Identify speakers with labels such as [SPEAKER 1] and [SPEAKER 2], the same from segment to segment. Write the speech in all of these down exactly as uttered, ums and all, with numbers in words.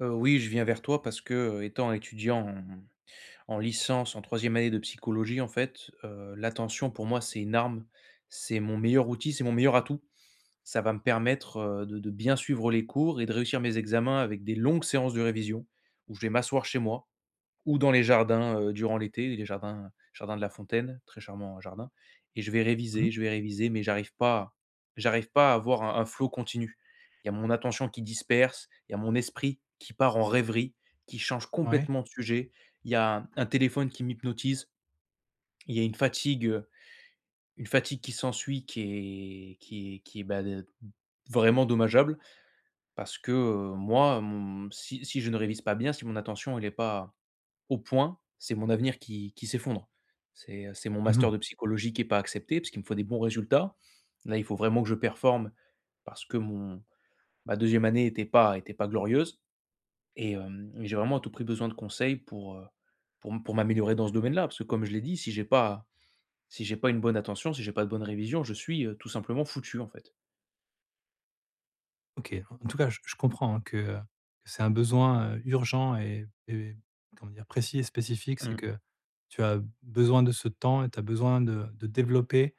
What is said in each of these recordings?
[SPEAKER 1] Heu, oui, je viens vers toi parce que, heu, étant étudiant en en licence, en troisième année de psychologie, en fait, heu, l'attention pour moi, c'est une arme. C'est mon meilleur outil, c'est mon meilleur atout. Ça va me permettre, heu, de de bien suivre les cours et de réussir mes examens avec des longues séances de révision où je vais m'asseoir chez moi ou dans les jardins, heu, durant l'été, les jardins jardin de la Fontaine, très charmant jardin. Et je vais
[SPEAKER 2] Mmh.
[SPEAKER 1] réviser, je vais réviser, mais j'arrive pas j'arrive pas à avoir un un flow continu. Il y a mon attention qui disperse, il y a mon esprit qui part en rêverie, qui change
[SPEAKER 2] Ouais.
[SPEAKER 1] complètement de sujet. Il y a un téléphone qui m'hypnotise, il y a une fatigue, heu, une fatigue qui s'ensuit qui est qui est qui est, bah, de vraiment dommageable parce que, heu, moi, mon si si je ne révise pas bien, si mon attention elle est pas au point, c'est mon avenir qui qui s'effondre. C'est, euh, c'est mon master
[SPEAKER 2] Mmh.
[SPEAKER 1] de psychologie qui est pas accepté parce qu'il me faut des bons résultats. Là, il faut vraiment que je performe parce que mon ma deuxième année était pas était pas glorieuse et hem et j'ai vraiment à tout prix besoin de conseils pour, heu, pour m pour m'améliorer dans ce domaine-là. Parce que comme je l'ai dit, si j'ai pas si j'ai pas une bonne attention, si j'ai pas de bonne révision, je suis, heu, tout simplement foutu, en fait.
[SPEAKER 2] OK. En tout cas, je je comprends, hein, que, heu, que c'est un besoin, heu, urgent et et comment dire? Précis et spécifique. C'est
[SPEAKER 1] Mmh.
[SPEAKER 2] que tu as besoin de ce temps et tu as besoin de de développer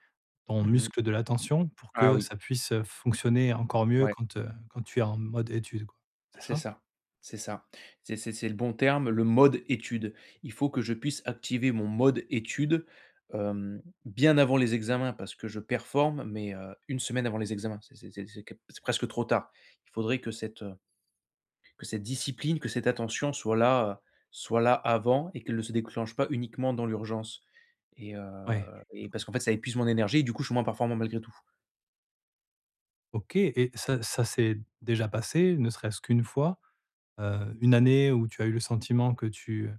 [SPEAKER 2] ton
[SPEAKER 1] Mmh.
[SPEAKER 2] muscle de l'attention pour
[SPEAKER 1] Ah
[SPEAKER 2] que
[SPEAKER 1] oui.
[SPEAKER 2] ça puisse, heu, fonctionner encore mieux
[SPEAKER 1] Ouais.
[SPEAKER 2] quand, heu, quand tu es en mode étude, quoi. C'est
[SPEAKER 1] C'est
[SPEAKER 2] ça?
[SPEAKER 1] ça, c'est ça. C'est c'est c'est le bon terme, le mode étude. Il faut que je puisse activer mon mode étude, hem, bien avant les examens parce que je performe, mais heu, une semaine avant les examens, c'est c'est c'est c'est que c'est presque trop tard. Il faudrait que cette, heu, que cette discipline, que cette attention soit là, heu, soit là avant et qu'elle ne se déclenche pas uniquement dans l'urgence et heu
[SPEAKER 2] Ouais.
[SPEAKER 1] et parce qu'en fait, ça épuise mon énergie et du coup, je suis moins performant malgré tout.
[SPEAKER 2] OK, et ça ça s'est déjà passé, ne serait-ce qu'une fois? Heu, une année où tu as eu le sentiment que tu,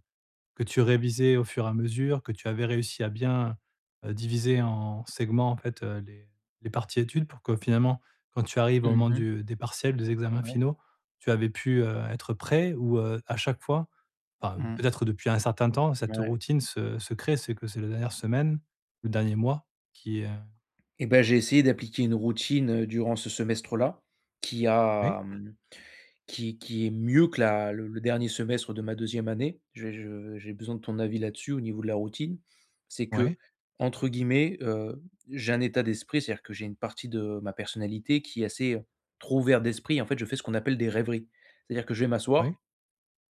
[SPEAKER 2] que tu révisais au fur et à mesure, que tu avais réussi à bien, heu, diviser en segments, en fait, heu, les les parties études pour que finalement, quand tu arrives au moment
[SPEAKER 1] Mmh.
[SPEAKER 2] du des partiels, des examens
[SPEAKER 1] Ouais.
[SPEAKER 2] finaux, tu avais pu, heu, être prêt ou, heu, à chaque fois, enfin,
[SPEAKER 1] Mmh,
[SPEAKER 2] peut-être depuis un certain temps, cette
[SPEAKER 1] ouais.
[SPEAKER 2] routine se se crée, c'est que c'est la dernière semaine, le dernier mois qui, heu
[SPEAKER 1] Et ben j'ai essayé d'appliquer une routine, heu, durant ce semestre-là qui
[SPEAKER 2] oui,
[SPEAKER 1] a, mmh, qui qui est mieux que la le le dernier semestre de ma deuxième année. J'ai je j'ai besoin de ton avis là-dessus au niveau de la routine. C'est
[SPEAKER 2] oui,
[SPEAKER 1] que, entre guillemets, heu, j'ai un état d'esprit, c'est-à-dire que j'ai une partie de ma personnalité qui est assez, heu, trop ouvert d'esprit. En fait, je fais ce qu'on appelle des rêveries. C'est-à-dire que je vais
[SPEAKER 2] oui.
[SPEAKER 1] m'asseoir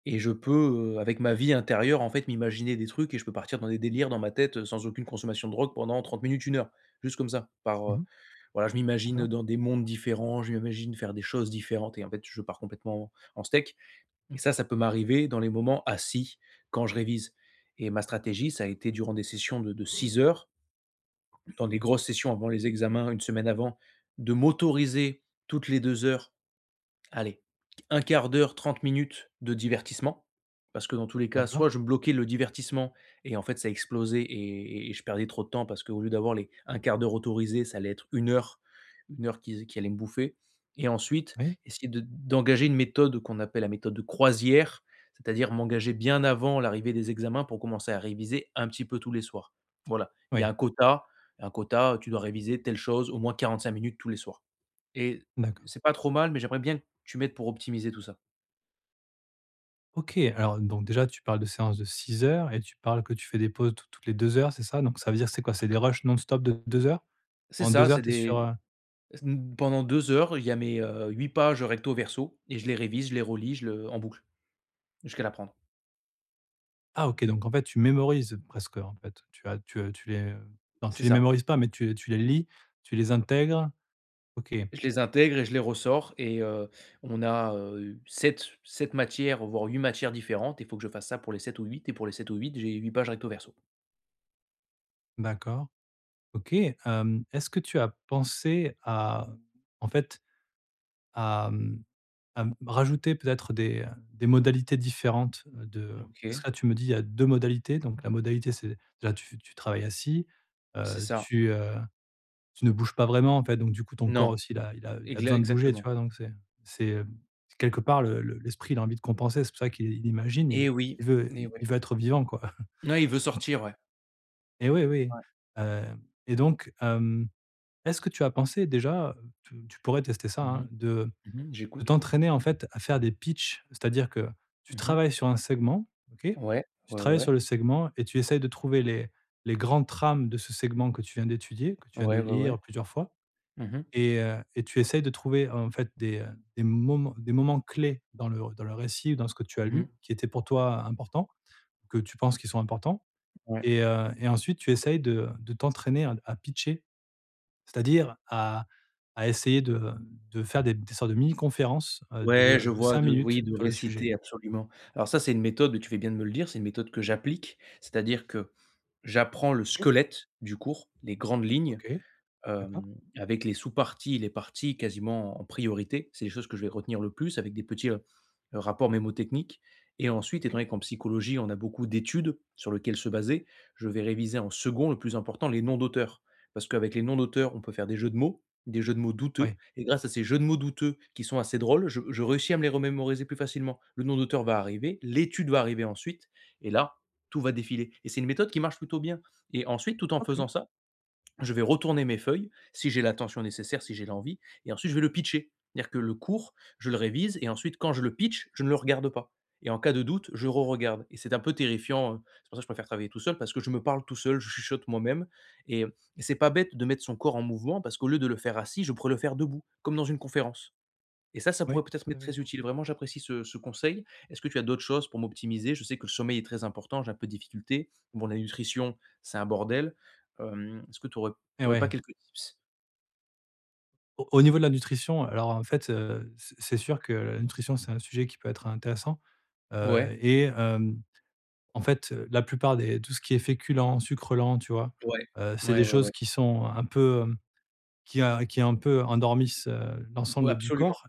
[SPEAKER 1] et je peux, heu, avec ma vie intérieure, en fait, m'imaginer des trucs et je peux partir dans des délires dans ma tête, heu, sans aucune consommation de drogue pendant trente minutes, une heure. Juste comme ça, par, heu,
[SPEAKER 2] Mmh.
[SPEAKER 1] voilà, je m'imagine
[SPEAKER 2] D'accord.
[SPEAKER 1] dans des mondes différents, je m'imagine faire des choses différentes et en fait, je pars complètement en steak. Et Mmh. ça, ça peut m'arriver dans les moments assis, quand je révise. Et ma stratégie, ça a été durant des sessions de de six heures, dans des grosses sessions avant les examens, une semaine avant, de m'autoriser toutes les deux heures. Allez, un quart d'heure, trente minutes de divertissement, parce que dans tous les
[SPEAKER 2] Ouais,
[SPEAKER 1] cas,
[SPEAKER 2] d'accord.
[SPEAKER 1] soit je bloquais le divertissement et en fait ça explosait et et je perdais trop de temps parce qu'au lieu d'avoir les un quart d'heure autorisé, ça allait être une heure, une heure qui qui allait me bouffer. Et ensuite,
[SPEAKER 2] Oui,
[SPEAKER 1] essayer de d'engager une méthode qu'on appelle la méthode de croisière, c'est-à-dire m'engager bien avant l'arrivée des examens pour commencer à réviser un petit peu tous les soirs. Voilà, il y
[SPEAKER 2] oui,
[SPEAKER 1] a un quota, un quota, tu dois réviser telle chose au moins quarante-cinq minutes tous les soirs. Et
[SPEAKER 2] d'accord.
[SPEAKER 1] c'est pas trop mal, mais j'aimerais bien que tu m'aides pour optimiser tout ça.
[SPEAKER 2] OK, alors donc déjà tu parles de séances de six heures et tu parles que tu fais des pauses tou toutes les deux heures, c'est ça? Donc ça veut dire que c'est quoi? C'est des rushs non-stop de deux heures?
[SPEAKER 1] C'est
[SPEAKER 2] En
[SPEAKER 1] ça,
[SPEAKER 2] deux heures
[SPEAKER 1] c'est
[SPEAKER 2] tu es sur,
[SPEAKER 1] des
[SPEAKER 2] heu
[SPEAKER 1] s mmh, pendant deux heures, il y a mes, heu, huit pages recto verso et je les révise, je les relis, je le en boucle jusqu'à l'apprendre.
[SPEAKER 2] ah OK, donc en fait tu mémorises presque en fait. Tu as tu, heu, tu les, heu, non tu
[SPEAKER 1] C'est
[SPEAKER 2] les
[SPEAKER 1] ça.
[SPEAKER 2] mémorises pas mais tu tu les lis, tu les intègres? OK,
[SPEAKER 1] Je les intègre et je les ressors et heu, on a, heu, sept 7 matières, voire huit matières différentes. Il faut que je fasse ça pour les sept ou huit et pour les sept ou huit, j'ai huit pages recto verso.
[SPEAKER 2] d'accord. OK, hem, est-ce que tu as pensé à, en fait, à, mmh à m rajouter peut-être des, euh, des modalités différentes, de parce
[SPEAKER 1] OK,
[SPEAKER 2] que là, tu me dis il y a deux modalités. Donc la modalité, c'est là tu tu travailles assis,
[SPEAKER 1] c'est
[SPEAKER 2] heu,
[SPEAKER 1] ça.
[SPEAKER 2] tu, heu, tu ne bouges pas vraiment en fait. Donc du coup, ton corps
[SPEAKER 1] Non,
[SPEAKER 2] aussi, il a il a il a
[SPEAKER 1] égla
[SPEAKER 2] besoin de bouger, tu
[SPEAKER 1] exactement.
[SPEAKER 2] vois? Donc c'est c'est, heu, quelque part le le l'esprit, il a envie de compenser. C'est pour ça qu'il il imagine, il
[SPEAKER 1] Et oui,
[SPEAKER 2] il veut
[SPEAKER 1] et ouais.
[SPEAKER 2] il veut être vivant quoi.
[SPEAKER 1] Ouais, il veut
[SPEAKER 2] Donc
[SPEAKER 1] sortir, ouais.
[SPEAKER 2] et oui, oui,
[SPEAKER 1] Ouais.
[SPEAKER 2] heu et donc, hem, est-ce que tu as pensé déjà, tu tu pourrais tester ça,
[SPEAKER 1] Mmh
[SPEAKER 2] hein,
[SPEAKER 1] mh.
[SPEAKER 2] de
[SPEAKER 1] Mmh,
[SPEAKER 2] de
[SPEAKER 1] j'écoute.
[SPEAKER 2] t'entraîner en fait à faire des pitchs, c'est-à-dire que tu
[SPEAKER 1] Mmh.
[SPEAKER 2] travailles sur un segment, OK?
[SPEAKER 1] Ouais,
[SPEAKER 2] Tu
[SPEAKER 1] ouais, ouais,
[SPEAKER 2] travailles sur
[SPEAKER 1] ouais.
[SPEAKER 2] le segment et tu essayes de trouver les les grandes trames de ce segment que tu viens d'étudier, que tu viens de
[SPEAKER 1] Ouais, ouais, ouais.
[SPEAKER 2] lire plusieurs fois
[SPEAKER 1] Mmh mh.
[SPEAKER 2] et heu et tu essayes de trouver en fait des, heu, des moments des moments clés dans le dans le récit ou dans ce que tu as
[SPEAKER 1] Mmh
[SPEAKER 2] lu
[SPEAKER 1] mh.
[SPEAKER 2] qui étaient pour toi importants, que tu penses qu'ils sont importants
[SPEAKER 1] Ouais.
[SPEAKER 2] et heu et ensuite tu essayes de de t'entraîner à à pitcher, c'est-à-dire à à essayer de de faire des des sortes de mini conférences, heu, de,
[SPEAKER 1] Ouais,
[SPEAKER 2] heu,
[SPEAKER 1] je
[SPEAKER 2] de
[SPEAKER 1] vois
[SPEAKER 2] cinq
[SPEAKER 1] de oui,
[SPEAKER 2] minutes
[SPEAKER 1] de
[SPEAKER 2] sur le sujet.
[SPEAKER 1] réciter absolument. Alors ça, c'est une méthode, tu fais bien de me le dire, c'est une méthode que j'applique, c'est-à-dire que j'apprends le
[SPEAKER 2] OK,
[SPEAKER 1] squelette du cours, les grandes lignes.
[SPEAKER 2] OK, d'accord,
[SPEAKER 1] Hem, avec les sous-parties, les parties quasiment en priorité. C'est les choses que je vais retenir le plus avec des petits heu, euh, rapports mémotechniques et ensuite, étant
[SPEAKER 2] OK,
[SPEAKER 1] donné qu'en psychologie, on a beaucoup d'études sur lesquelles se baser, je vais réviser en second, le plus important, les noms d'auteurs. Parce qu'avec les noms d'auteurs, on peut faire des jeux de mots, des jeux de mots douteux
[SPEAKER 2] oui,
[SPEAKER 1] et grâce à ces jeux de mots douteux qui sont assez drôles, je je réussis à me les remémoriser plus facilement. Le nom d'auteur va arriver, l'étude va arriver ensuite et là, tout va défiler et c'est une méthode qui marche plutôt bien. Et ensuite, tout en
[SPEAKER 2] OK,
[SPEAKER 1] faisant ça, je vais retourner mes feuilles, si j'ai l'attention nécessaire, si j'ai l'envie, et ensuite je vais le pitcher. C'est-à-dire que le cours, je le révise, et ensuite quand je le pitch, je ne le regarde pas. Et en cas de doute, je re-regarde. Et c'est un peu terrifiant. euh, C'est pour ça que je préfère travailler tout seul, parce que je me parle tout seul, je chuchote moi-même. Et, et c'est pas bête de mettre son corps en mouvement, parce qu'au lieu de le faire assis, je pourrais le faire debout, comme dans une conférence. Et ça, ça
[SPEAKER 2] oui,
[SPEAKER 1] pourrait peut-être
[SPEAKER 2] tout à
[SPEAKER 1] m'être
[SPEAKER 2] fait.
[SPEAKER 1] très utile. Vraiment, j'apprécie ce ce conseil. Est-ce que tu as d'autres choses pour m'optimiser? Je sais que le sommeil est très important, j'ai un peu de difficultés. Bon, la nutrition, c'est un bordel. Hem, est-ce que tu
[SPEAKER 2] Et
[SPEAKER 1] aurais pas
[SPEAKER 2] ouais.
[SPEAKER 1] quelques tips?
[SPEAKER 2] Au au niveau de la nutrition, alors en fait, heu, c'est c'est sûr que la nutrition, c'est un sujet qui peut être intéressant, heu
[SPEAKER 1] Ouais,
[SPEAKER 2] et hem, en fait, heu, la plupart des tout ce qui est féculent, sucres lents, tu vois?
[SPEAKER 1] ouais,
[SPEAKER 2] Heu, c'est des
[SPEAKER 1] ouais, ouais, ouais.
[SPEAKER 2] choses qui sont un peu, hem, qui a qui un peu endormissent, heu,
[SPEAKER 1] Ouais,
[SPEAKER 2] l'ensemble du
[SPEAKER 1] absolument,
[SPEAKER 2] corps.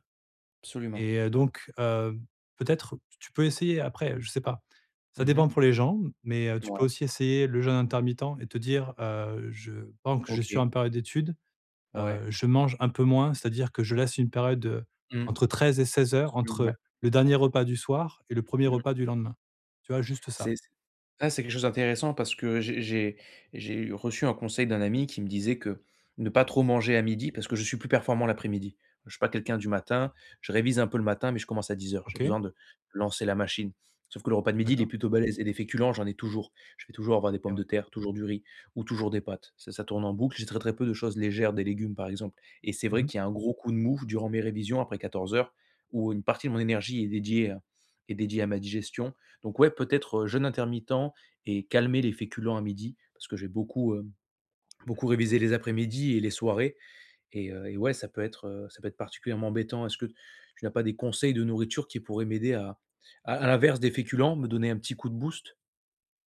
[SPEAKER 1] absolument.
[SPEAKER 2] Et heu, donc heu, peut-être tu peux essayer après, je sais pas. Ça dépend
[SPEAKER 1] Mmh.
[SPEAKER 2] pour les gens, mais heu, tu peux
[SPEAKER 1] Ouais,
[SPEAKER 2] aussi essayer le jeûne intermittent et te dire, heu, je pendant que je suis
[SPEAKER 1] OK.
[SPEAKER 2] en période d'études,
[SPEAKER 1] Ouais.
[SPEAKER 2] heu, je mange un peu moins, c'est-à-dire que je laisse une période, heu,
[SPEAKER 1] Mmh.
[SPEAKER 2] entre treize et seize heures
[SPEAKER 1] Absolument, ouais.
[SPEAKER 2] entre le dernier repas du soir et le premier
[SPEAKER 1] Mmh.
[SPEAKER 2] repas du lendemain. Tu vois? Juste ça.
[SPEAKER 1] C'est c'est ah, c'est quelque chose d'intéressant parce que j'ai j'ai j'ai reçu un conseil d'un ami qui me disait que ne pas trop manger à midi parce que je suis plus performant l'après-midi. Je suis pas quelqu'un du matin, je révise un peu le matin, mais je commence à dix heures. J'ai
[SPEAKER 2] OK?
[SPEAKER 1] besoin de lancer la machine. Sauf que le repas de midi, il est
[SPEAKER 2] D'accord?
[SPEAKER 1] plutôt balèze et des féculents, j'en ai toujours. Je vais toujours avoir des
[SPEAKER 2] Et
[SPEAKER 1] pommes de
[SPEAKER 2] ouais.
[SPEAKER 1] terre, toujours du riz ou toujours des pâtes. Ça ça tourne en boucle. J'ai très, très peu de choses légères, des légumes, par exemple, et c'est vrai
[SPEAKER 2] Mmh.
[SPEAKER 1] qu'il y a un gros coup de mou durant mes révisions après quatorze heures, où une partie de mon énergie est dédiée à est dédiée à ma digestion. Donc ouais, peut-être, heu, jeûne intermittent et calmer les féculents à midi parce que j'ai beaucoup, heu, beaucoup révisé les après-midi et les soirées et heu et ouais, ça peut être, heu, ça peut être particulièrement embêtant. Est-ce que tu n'as pas des conseils de nourriture qui pourraient m'aider à à à l'inverse des féculents, me donner un petit coup de boost?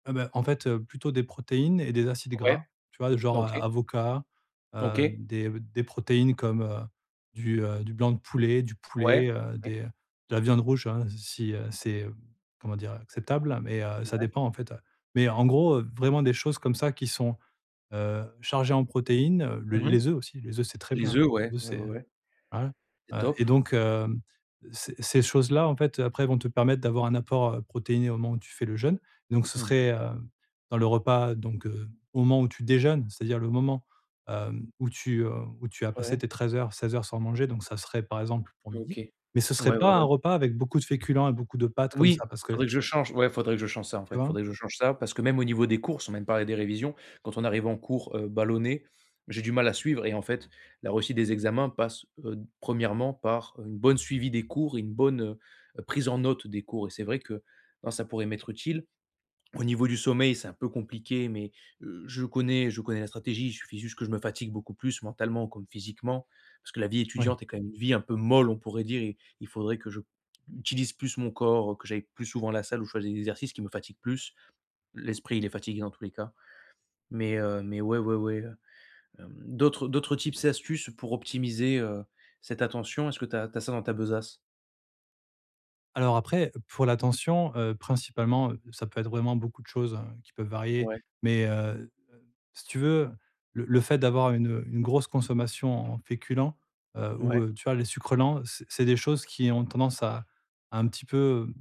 [SPEAKER 2] Ah bah, en fait, heu, plutôt des protéines et des acides
[SPEAKER 1] Ouais,
[SPEAKER 2] gras, tu vois? Genre, heu,
[SPEAKER 1] OK,
[SPEAKER 2] avocat, heu,
[SPEAKER 1] OK,
[SPEAKER 2] des des protéines comme, heu, du, heu, du blanc de poulet, du poulet,
[SPEAKER 1] ouais,
[SPEAKER 2] heu,
[SPEAKER 1] OK.
[SPEAKER 2] des de la viande rouge, hein, si, heu, c'est, heu, comment dire? Acceptable, mais, heu, ça dépend en fait, heu, mais en gros, heu, vraiment des choses comme ça qui sont, heu, chargées en protéines, heu, le
[SPEAKER 1] Mmh.
[SPEAKER 2] les œufs aussi, les œufs, c'est très
[SPEAKER 1] Les
[SPEAKER 2] bien.
[SPEAKER 1] œufs,
[SPEAKER 2] Les
[SPEAKER 1] ouais,
[SPEAKER 2] œufs,
[SPEAKER 1] ouais, ouais,
[SPEAKER 2] c'est
[SPEAKER 1] ouais,
[SPEAKER 2] voilà,
[SPEAKER 1] c'est
[SPEAKER 2] heu et
[SPEAKER 1] top.
[SPEAKER 2] donc hem, ces ces choses-là, en fait, après, vont te permettre d'avoir un apport, heu, protéiné au moment où tu fais le jeûne. Donc ce
[SPEAKER 1] Mmh.
[SPEAKER 2] serait, heu, dans le repas, donc heu, au moment où tu déjeunes, c'est-à-dire le moment, hem, où tu, heu, où tu as passé
[SPEAKER 1] Ouais,
[SPEAKER 2] tes treize heures seize heures sans manger, donc ça serait, par exemple, pour
[SPEAKER 1] OK.
[SPEAKER 2] midi. Mais ce serait
[SPEAKER 1] Ouais, ouais,
[SPEAKER 2] pas un
[SPEAKER 1] ouais.
[SPEAKER 2] repas avec beaucoup de féculents et beaucoup de pâtes comme
[SPEAKER 1] Oui,
[SPEAKER 2] ça, parce que
[SPEAKER 1] faudrait que je change, ouais, faudrait que je change ça, en
[SPEAKER 2] tu
[SPEAKER 1] vrai.
[SPEAKER 2] vois?
[SPEAKER 1] Faudrait que je change ça parce que même au niveau des cours, sans même parler des révisions, quand on arrive en cours, heu, ballonné, j'ai du mal à suivre et en fait, la réussite des examens passe, heu, premièrement°, par une bonne suivi des cours et une bonne, heu, prise en note des cours et c'est vrai que, non, ça pourrait m'être utile. Au niveau du sommeil, c'est un peu compliqué, mais heu, je connais je connais la stratégie. Il suffit juste que je me fatigue beaucoup plus mentalement comme physiquement, parce que la vie
[SPEAKER 2] Oui.
[SPEAKER 1] étudiante est quand même une vie un peu molle, on pourrait dire, et il faudrait que je utilise plus mon corps, que j'aille plus souvent à la salle ou je fasse des exercices qui me fatiguent plus. L'esprit, il est fatigué dans tous les cas, mais heu, mais ouais, ouais, ouais, heu, d'autres d'autres tips et astuces pour optimiser, heu, cette attention? Est-ce que tu as tu as ça dans ta besace?
[SPEAKER 2] Alors après, pour l'attention, heu, principalement, heu, ça peut être vraiment beaucoup de choses, hein, qui peuvent varier,
[SPEAKER 1] Ouais,
[SPEAKER 2] mais heu si tu veux, le le fait d'avoir une, une grosse consommation en féculents, heu, ou,
[SPEAKER 1] ouais,
[SPEAKER 2] heu, tu vois, les sucres lents, c'est c'est des choses qui ont tendance à à un petit peu, hem,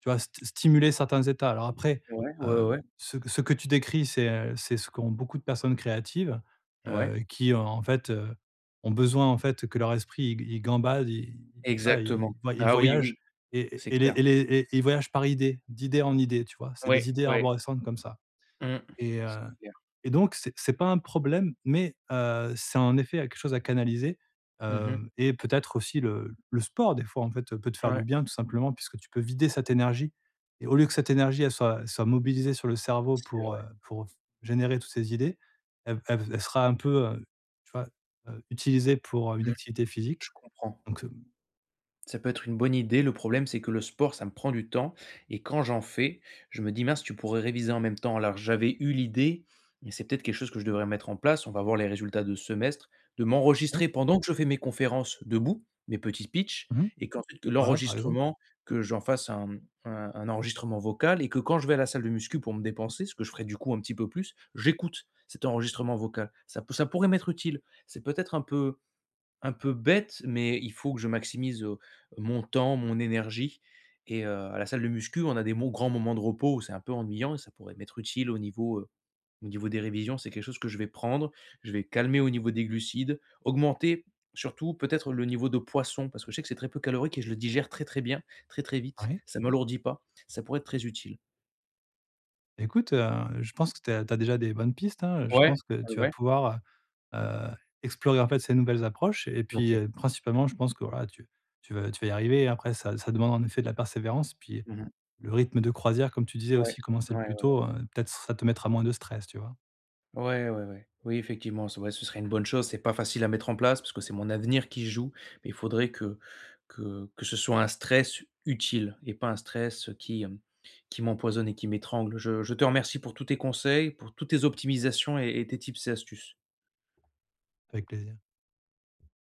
[SPEAKER 2] tu vois, st stimuler certains états. Alors après,
[SPEAKER 1] ouais, ouais,
[SPEAKER 2] heu,
[SPEAKER 1] ouais,
[SPEAKER 2] ce que ce que tu décris, c'est, heu, c'est ce qu'ont beaucoup de personnes créatives,
[SPEAKER 1] ouais,
[SPEAKER 2] heu, qui, heu, en fait, heu, ont besoin, en fait, que leur esprit, il il gambade, il tu vois, il
[SPEAKER 1] exactement.
[SPEAKER 2] voy il
[SPEAKER 1] Ah oui,
[SPEAKER 2] voyage,
[SPEAKER 1] oui,
[SPEAKER 2] et
[SPEAKER 1] c'est
[SPEAKER 2] et et les
[SPEAKER 1] clair.
[SPEAKER 2] et les et ils voyagent par idées, d'idée en idée, tu vois? C'est
[SPEAKER 1] Ouais,
[SPEAKER 2] des idées
[SPEAKER 1] ouais.
[SPEAKER 2] arborescentes comme ça.
[SPEAKER 1] Mmh.
[SPEAKER 2] Et
[SPEAKER 1] C'est
[SPEAKER 2] heu
[SPEAKER 1] clair.
[SPEAKER 2] et donc c'est c'est pas un problème, mais heu, c'est en effet quelque chose à canaliser,
[SPEAKER 1] Mmh mh.
[SPEAKER 2] heu et peut-être aussi le le sport des fois, en fait, peut te faire
[SPEAKER 1] Ouais.
[SPEAKER 2] du bien tout simplement puisque tu peux vider cette énergie, et au lieu que cette énergie elle soit soit mobilisée sur le cerveau
[SPEAKER 1] C'est
[SPEAKER 2] pour,
[SPEAKER 1] vrai.
[SPEAKER 2] heu, pour générer toutes ces idées, elle elle elle sera un peu, heu, tu vois, heu, utilisée pour, heu, une
[SPEAKER 1] Mmh.
[SPEAKER 2] activité
[SPEAKER 1] Je
[SPEAKER 2] physique
[SPEAKER 1] comprends.
[SPEAKER 2] donc. heu
[SPEAKER 1] Ça peut être une bonne idée. Le problème, c'est que le sport, ça me prend du temps et quand j'en fais, je me dis: «Mince, tu pourrais réviser en même temps». Alors j'avais eu l'idée, mais c'est peut-être quelque chose que je devrais mettre en place. On va voir les résultats de ce semestre, de
[SPEAKER 2] Oui.
[SPEAKER 1] m'enregistrer pendant que je fais mes conférences debout, mes petits pitchs
[SPEAKER 2] Mmh.
[SPEAKER 1] et qu'ensuite que
[SPEAKER 2] Voilà, par exemple.
[SPEAKER 1] l'enregistrement, que j'en fasse un, mmh, un un enregistrement vocal, et que quand je vais à la salle de muscu pour me dépenser, ce que je ferai du coup un petit peu plus, j'écoute cet enregistrement vocal. Ça peut ça pourrait m'être utile. C'est peut-être un peu un peu bête, mais il faut que je maximise, heu, mon temps, mon énergie et heu, à la salle de muscu, on a des mo grands moments de repos où c'est un peu ennuyant et ça pourrait m'être utile au niveau, heu, au niveau des révisions. C'est quelque chose que je vais prendre, je vais calmer au niveau des glucides, augmenter surtout peut-être le niveau de poisson parce que je sais que c'est très peu calorique et je le digère très, très bien, très, très vite.
[SPEAKER 2] Oui.
[SPEAKER 1] Ça m'alourdit pas, ça pourrait être très utile.
[SPEAKER 2] Écoute, heu, je pense que tu as tu as déjà des bonnes pistes, hein. Je
[SPEAKER 1] Ouais,
[SPEAKER 2] pense que
[SPEAKER 1] ouais,
[SPEAKER 2] tu vas
[SPEAKER 1] ouais.
[SPEAKER 2] pouvoir, heu heu, explorer, en fait, ces nouvelles approches et puis,
[SPEAKER 1] OK.
[SPEAKER 2] heu, principalement, je pense que, voilà, tu tu vas tu vas y arriver. Après ça ça demande, en effet, de la persévérance, puis
[SPEAKER 1] Mmh.
[SPEAKER 2] le rythme de croisière, comme tu disais
[SPEAKER 1] Ouais,
[SPEAKER 2] aussi, commencer le
[SPEAKER 1] ouais.
[SPEAKER 2] plus tôt, heu, peut-être ça te mettra moins de stress, tu vois?
[SPEAKER 1] Ouais, ouais, ouais. Oui, effectivement, ce ouais, ce serait une bonne chose. C'est pas facile à mettre en place parce que c'est mon avenir qui joue, mais il faudrait que que que ce soit un stress utile et pas un stress qui, hem, qui m'empoisonne et qui m'étrangle. Je je te remercie pour tous tes conseils, pour toutes tes optimisations et et tes tips et astuces.
[SPEAKER 2] Avec plaisir.